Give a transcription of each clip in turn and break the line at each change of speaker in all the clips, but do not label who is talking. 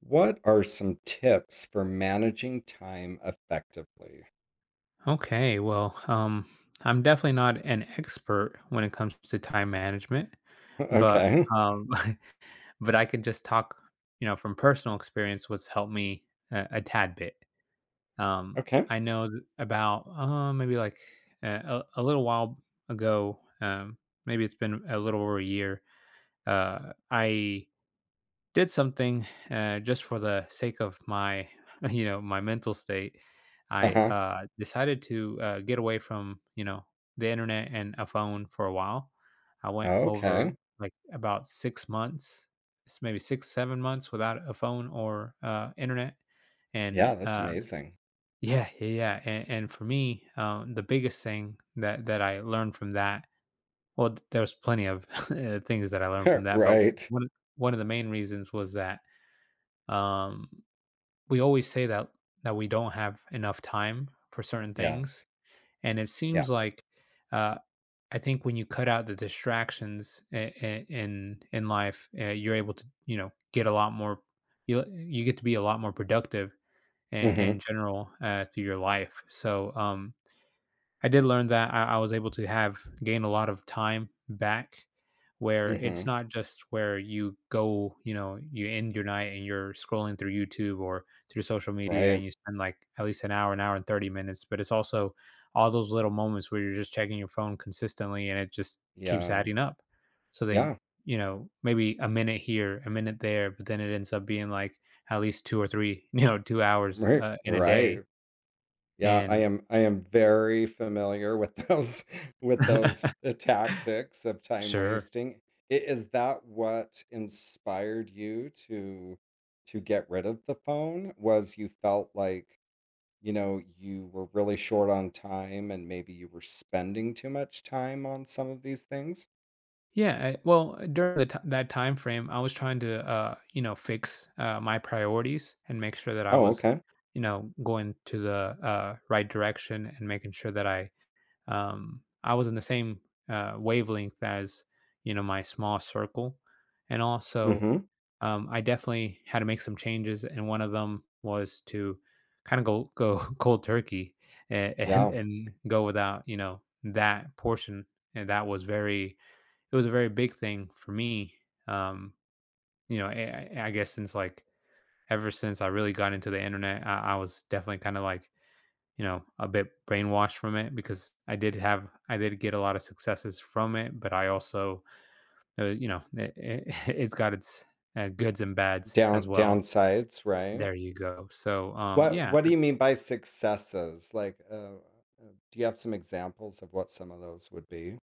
What are some tips for managing time effectively?
Okay, well, um, I'm definitely not an expert when it comes to time management, but
Okay.
um, but I could just talk, you know, from personal experience, what's helped me a tad bit. Um,
Okay.
I know about maybe like a little while ago, maybe it's been a little over a year. I did something just for the sake of my you know my mental state. i
Uh-huh.
uh, decided to get away from, you know, the internet and a phone for a while. I went over
Okay.
like about 6 months, maybe 6 7 months without a phone or internet. and
Yeah, that's
uh,
amazing.
yeah, and for me, the biggest thing that I learned from that, well there was plenty of things that I learned from that, but
Right.
one one of the main reasons was that, um, we always say that we don't have enough time for certain things,
Yes.
and it
Yeah.
seems like, uh, I think when you cut out the distractions in life, you're able to, you know, get a lot more. You get to be a lot more productive in
Mm-hmm.
general through your life. So I did learn that I was able to have gain a lot of time back, where it's
Mm-hmm.
not just where you go, you know, you end your night and you're scrolling through YouTube or through social media and
Right.
you spend like at least an hour and 30 minutes, but it's also all those little moments where you're just checking your phone consistently and it just keeps
Yeah.
adding up. So then,
Yeah.
you know, maybe a minute here, a minute there, but then it ends up being like at least two or three, you know, 2 hours
Right.
in a day.
Right. Yeah, I
And
am I am very familiar with those with those tactics of time
sure.
wasting. Is that what inspired you to get rid of the phone? Was you felt like you were really short on time and maybe you were spending too much time on some of these things?
Yeah, I during the ti that time frame, I was trying to, you know, fix, my priorities and make sure that I
Oh,
was,
okay.
you know, going to the, right direction and making sure that I I was in the same, wavelength as, you know, my small circle. And also,
Mm-hmm.
I definitely had to make some changes, and one of them was to kind of go cold turkey and, and
Yeah.
and go without, you know, that portion, and that was very it was a very big thing for me. Um, you know, I guess since like, ever since I really got into the internet, I was definitely kind of like, you know, a bit brainwashed from it because I did get a lot of successes from it, but I also, you know it's got its goods and bads as
Down
well.
downsides, right?
There you go. So
What
yeah,
what do you mean by successes? Like, do you have some examples of what some of those would be?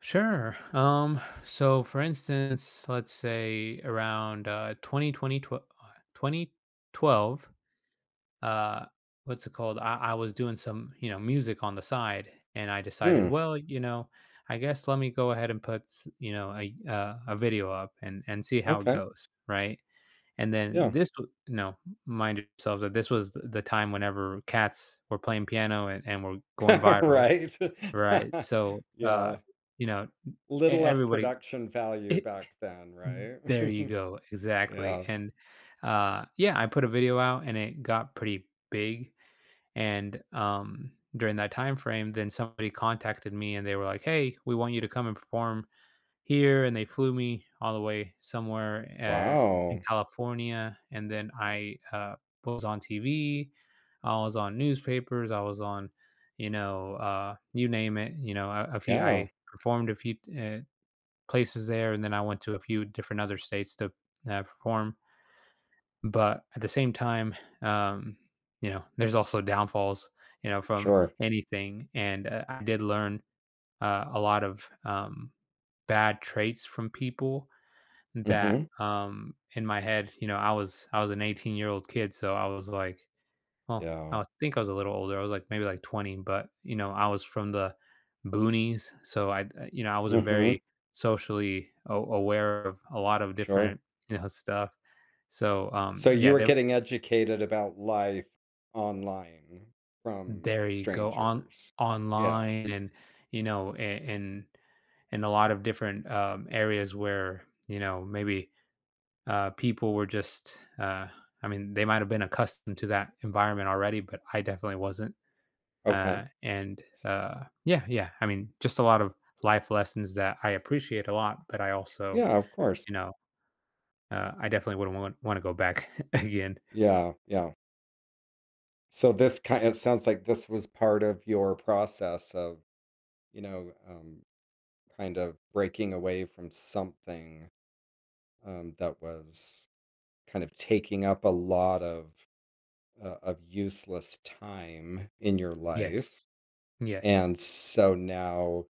sure. So for instance, let's say around 2020, 2012, uh what's it called, I was doing some, you know, music on the side and I decided,
Mm,
well, you know, I guess let me go ahead and put you know a video up and see how it
okay.
goes, right? And then
Yeah.
you know, mind yourselves that this was the time whenever cats were playing piano and were going viral,
Right.
right? So
Yeah.
you know
Little less
everybody
production value back then, right?
there you go, exactly.
Yeah.
And yeah, I put a video out and it got pretty big. And during that time frame, then somebody contacted me and they were like, "Hey, we want you to come and perform here." And they flew me all the way somewhere in
Wow.
California, and then I was on TV, I was on newspapers, I was on, you know, you name it. You know, a few
Yeah.
I performed a few places there, and then I went to a few different other states to perform. But at the same time, um, you know, there's also downfalls, you know, from
Sure.
anything, and, I did learn, a lot of, bad traits from people that,
Mm-hmm.
in my head, you know, I was an 18-year-old kid, so I was like, well,
Yeah.
I was a little older, I was, like, maybe, like, 20, but, you know, I was from the boonies, so I, you know, I wasn't very
Mm-hmm.
socially a aware of a lot of
Sure.
different, you know, stuff. So,
So you
yeah,
were
that
getting educated about life online from
there you go. On
strangers. Yeah.
Online and, you know, in in a lot of different, areas where, you know, maybe, people were just, I mean, they might have been accustomed to that environment already, but I definitely wasn't,
Okay.
and,
S-
yeah, yeah, I mean, just a lot of life lessons that I appreciate a lot, but I also,
Yeah, of course.
you know, I definitely wouldn't want wanna go back again.
Yeah, yeah. So this kind it sounds like this was part of your process of, you know, um, kind of breaking away from something that was kind of taking up a lot of useless time in your
Yes.
life.
Yes.
And so now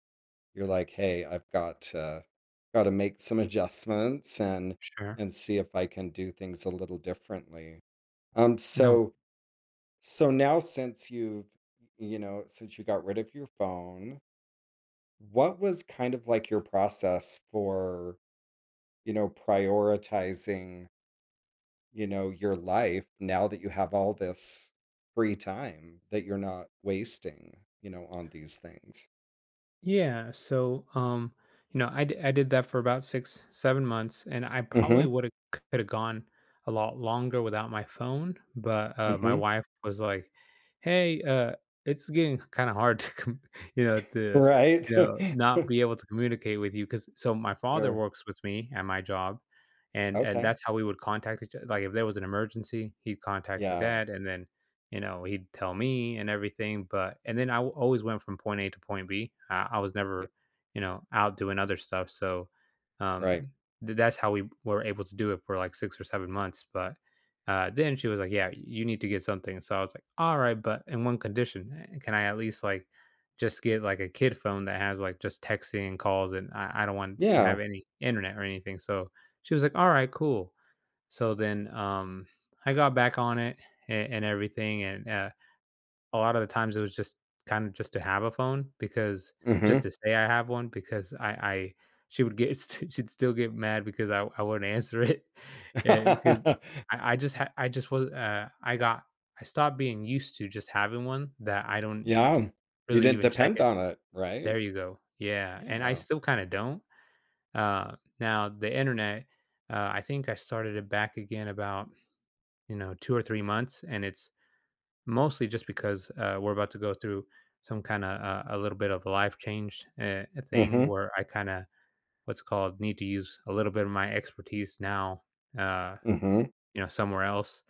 you're like, "Hey, I've got, gotta make some adjustments and
Sure.
and see if I can do things a little differently." Um,
No.
so so now since you got rid of your phone, what was kind of like your process for, prioritizing, your life now that you have all this free time that you're not wasting, on these things?
Yeah. So, you know, I did that for about six, 7 months, and I probably
Mhm,
would have could have gone a lot longer without my phone. But my
mhm.
wife was like, "Hey, it's getting kind of hard to, you know, to,
Right.
you know, not be able to communicate with you," because so my father
Sure.
works with me at my job, and
Okay.
that's how we would contact each other. Like if there was an emergency, he'd contact my
Yeah.
dad, and then, you know, he'd tell me and everything. But and then always went from point A to point B. I was
Yeah.
never, you know, out doing other stuff. So um,
Right.
that's how we were able to do it for like 6 or 7 months. But then she was like, "Yeah, you need to get something." So I was like, "All right, but in one condition, eh, can I at least like just get like a kid phone that has like just texting and calls, and I don't want to have
Yeah.
any internet or anything." So she was like, "All right, cool." So then, I got back on it and everything. And a lot of the times it was just kind of just to have a phone, because just
Mhm.
to say I have one, because I she would get she'd still get mad because I wouldn't answer it because I just I just was I got, I stopped being used to just having one that I don't
Yeah. You
really
didn't
even check
depend
it.
on it, right?
There you go. Yeah, and I
Yeah.
still kind of don't. Now the internet, I think I started it back again about, you know, 2 or 3 months, and it's mostly just because, we're about to go through some kinda, a little bit of a life change, eh, thing
Mhm.
where I kinda, what's it called, need to use a little bit of my expertise now, uh,
Mhm.
you know, somewhere else,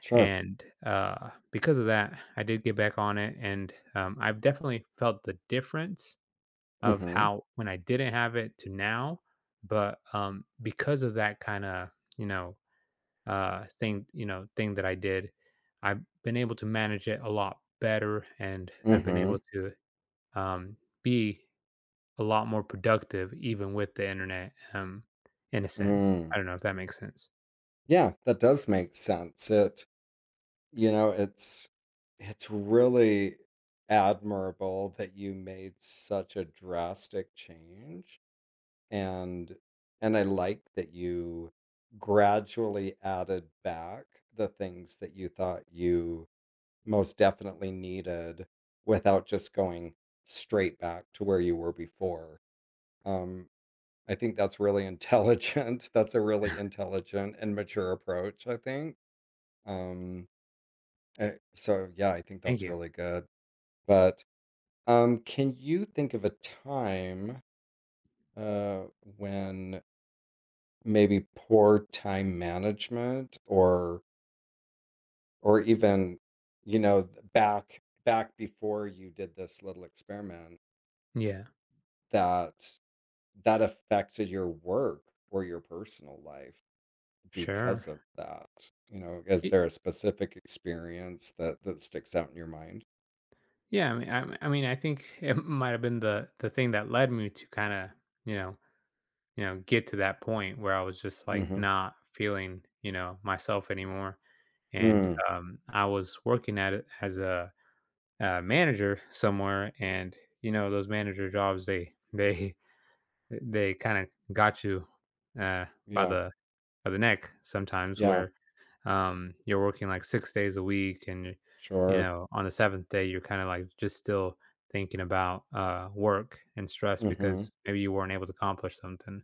Sure.
and, because of that, I did get back on it, and, I've definitely felt the difference of
Mhm.
how when I didn't have it to now, but, because of that kinda, you know, thing that I did. I've been able to manage it a lot better, and I've been able
Mhm.
to, um, be a lot more productive even with the internet. In a sense,
Mm.
I don't know if that makes sense.
Yeah, that does make sense. You know, it's it's really admirable that you made such a drastic change, and and I like that you gradually added back the things that you thought you most definitely needed without just going straight back to where you were before. Um, I think that's really intelligent. That's a really intelligent and mature approach, I think. Um, so, yeah, I think
Thank
that's
you.
really good. But can you think of a time when maybe poor time management or even you know th- back back before you did this little experiment
Yeah,
that That affected your work or your personal life
sure.
because of that? You know, is
It,
there a specific experience that sticks out in your mind?
yeah, I mean, I think it might have been the thing that led me to kind of, you know, you know, get to that point where I was just like
Mhm.
not feeling, you know, myself anymore, and
Mm.
I was working at it as a manager somewhere, and you know those manager jobs they they kind of got you uh, by
Yeah.
the by the neck sometimes,
Yeah.
where, you're working like 6 days a week, and you
Sure.
know on the seventh day you're kind of like just still thinking about work and stress
Mhm.
because maybe you weren't able to accomplish something.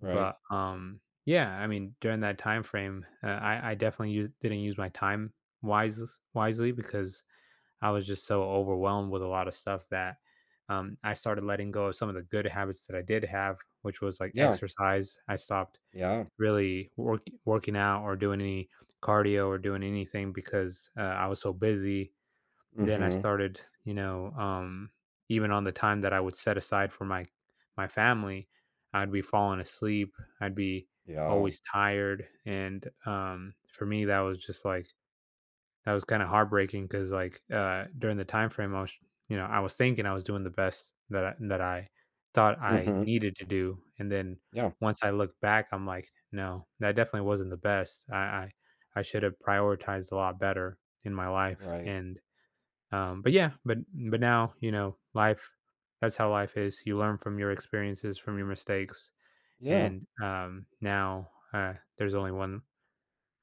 Right.
But yeah, I mean during that time frame, I definitely didn't use my time wise wisely because I was just so overwhelmed with a lot of stuff that, I started letting go of some of the good habits that I did have, which was like
Yeah.
exercise. I stopped
Yeah.
working out or doing any cardio or doing anything because I was so busy. Then I
Mhm.
started, you know, even on the time that I would set aside for my family, I'd be falling asleep. I'd be
Yeah.
always tired, and for me, that was just like, that was kind of heartbreaking because like, during the time frame I was, you know, I was thinking I was doing the best that that I thought I
Mhm.
needed to do, and then
Yeah.
once I look back I'm like, no, that definitely wasn't the best. I should have prioritized a lot better in my life.
Right.
And but yeah, but now, you know, life, that's how life is, you learn from your experiences, from your mistakes.
Yeah.
And now, there's only one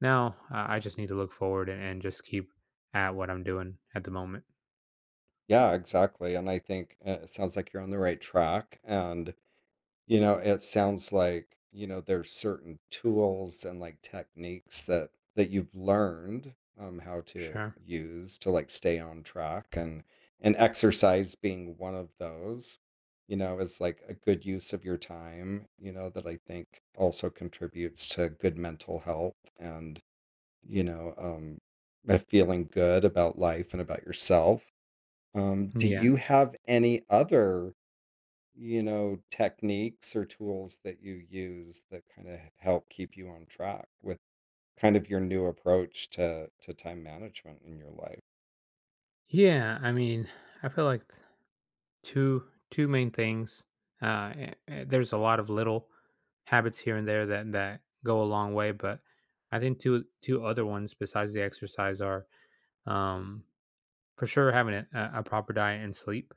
no, I just need to look forward and, just keep at what I'm doing at the moment.
Yeah, exactly. And I think it sounds like you're on the right track. And it sounds like, there's certain tools and like techniques that you've learned how to
Sure.
use to like stay on track, and exercise being one of those, is like a good use of your time, that I think also contributes to good mental health and, you know, um a feeling good about life and about yourself. Do
Yeah.
you have any other techniques or tools that you use that kind of help keep you on track with kind of your new approach to time management in your life.
Yeah. I mean, I feel like two two main things. There's a lot of little habits here and there that go a long way, but I think two other ones besides the exercise are, um, for sure having a proper diet and sleep.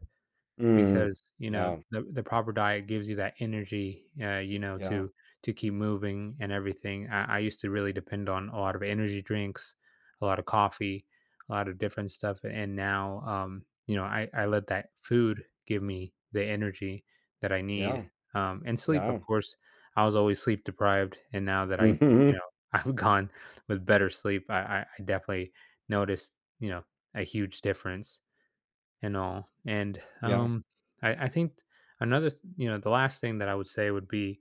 Mm.
Because you know
Yeah.
the proper diet gives you that energy, you know,
Yeah.
to keep moving and everything. I used to really depend on a lot of energy drinks, a lot of coffee, a lot of different stuff, and now, you know, I let that food give me the energy that I need,
Yeah.
and sleep. Of
Yeah.
course, I was always sleep deprived, and now that I,
Hmm.
you know, I've gone with better sleep, I definitely noticed, you know, a huge difference and all. And
Yeah.
I think another, you know, the last thing that I would say would be,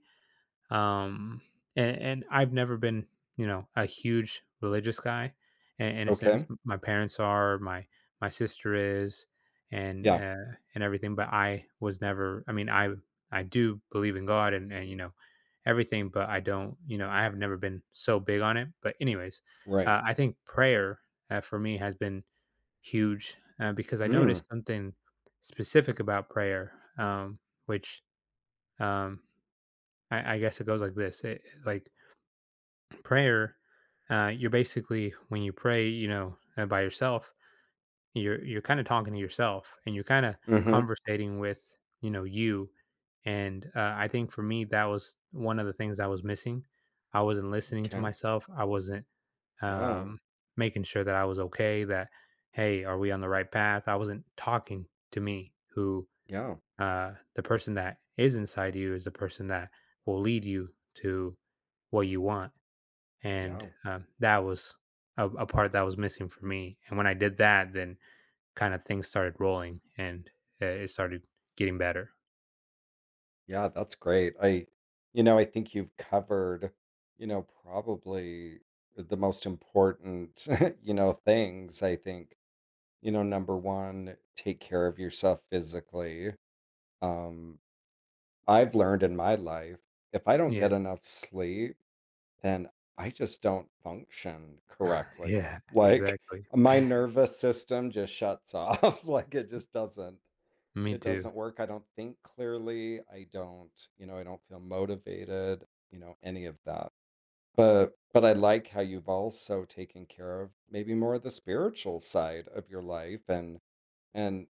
um, and I've never been, you know, a huge religious guy. In a sense,
Okay.
my parents are, my sister is,
Yeah.
and everything. But I was never. I mean, I do believe in God and you know everything, but I don't. You know, I have never been so big on it. But anyways,
Right.
I think prayer, for me has been huge, because I
Mm.
noticed something specific about prayer, which, um, I guess it goes like this, it like, prayer, you're basically when you pray, you know, by yourself, you're kinda talking to yourself, and you're kinda
Hmm.
conversating with, you know, you, and, I think for me, that was one of the things I was missing. I wasn't listening to
Okay.
myself, I wasn't,
Oh.
um, making sure that I was okay. That, hey, are we on the right path? I wasn't talking to me, who,
Yeah.
the person that is inside you is the person that will lead you to what you want, and
Yeah.
that was a part that was missing for me. And when I did that, then kind of things started rolling, and it started getting better.
Yeah. That's great. I think you've covered, probably the most important, things. I think number one, take care of yourself physically. Um, I've learned in my life, if I don't
Yeah,
get enough sleep, then I just don't function correctly.
yeah,
Like
exactly.
my nervous system just shuts off. Like
Me
it
too,
doesn't work. I don't think clearly. I don't feel motivated, any of that. But I like how you've also taken care of maybe more of the spiritual side of your life, and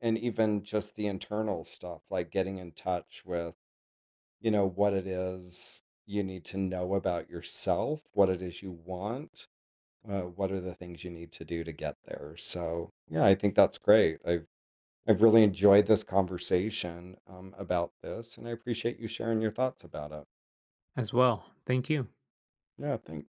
And even just the internal stuff, like getting in touch with, what it is you need to know about yourself, what it is you want, what are the things you need to do to get there. So, yeah, I think that's great. I've really enjoyed this conversation about this, and I appreciate you sharing your thoughts about it.
as well. Thank you.
Yeah, thanks.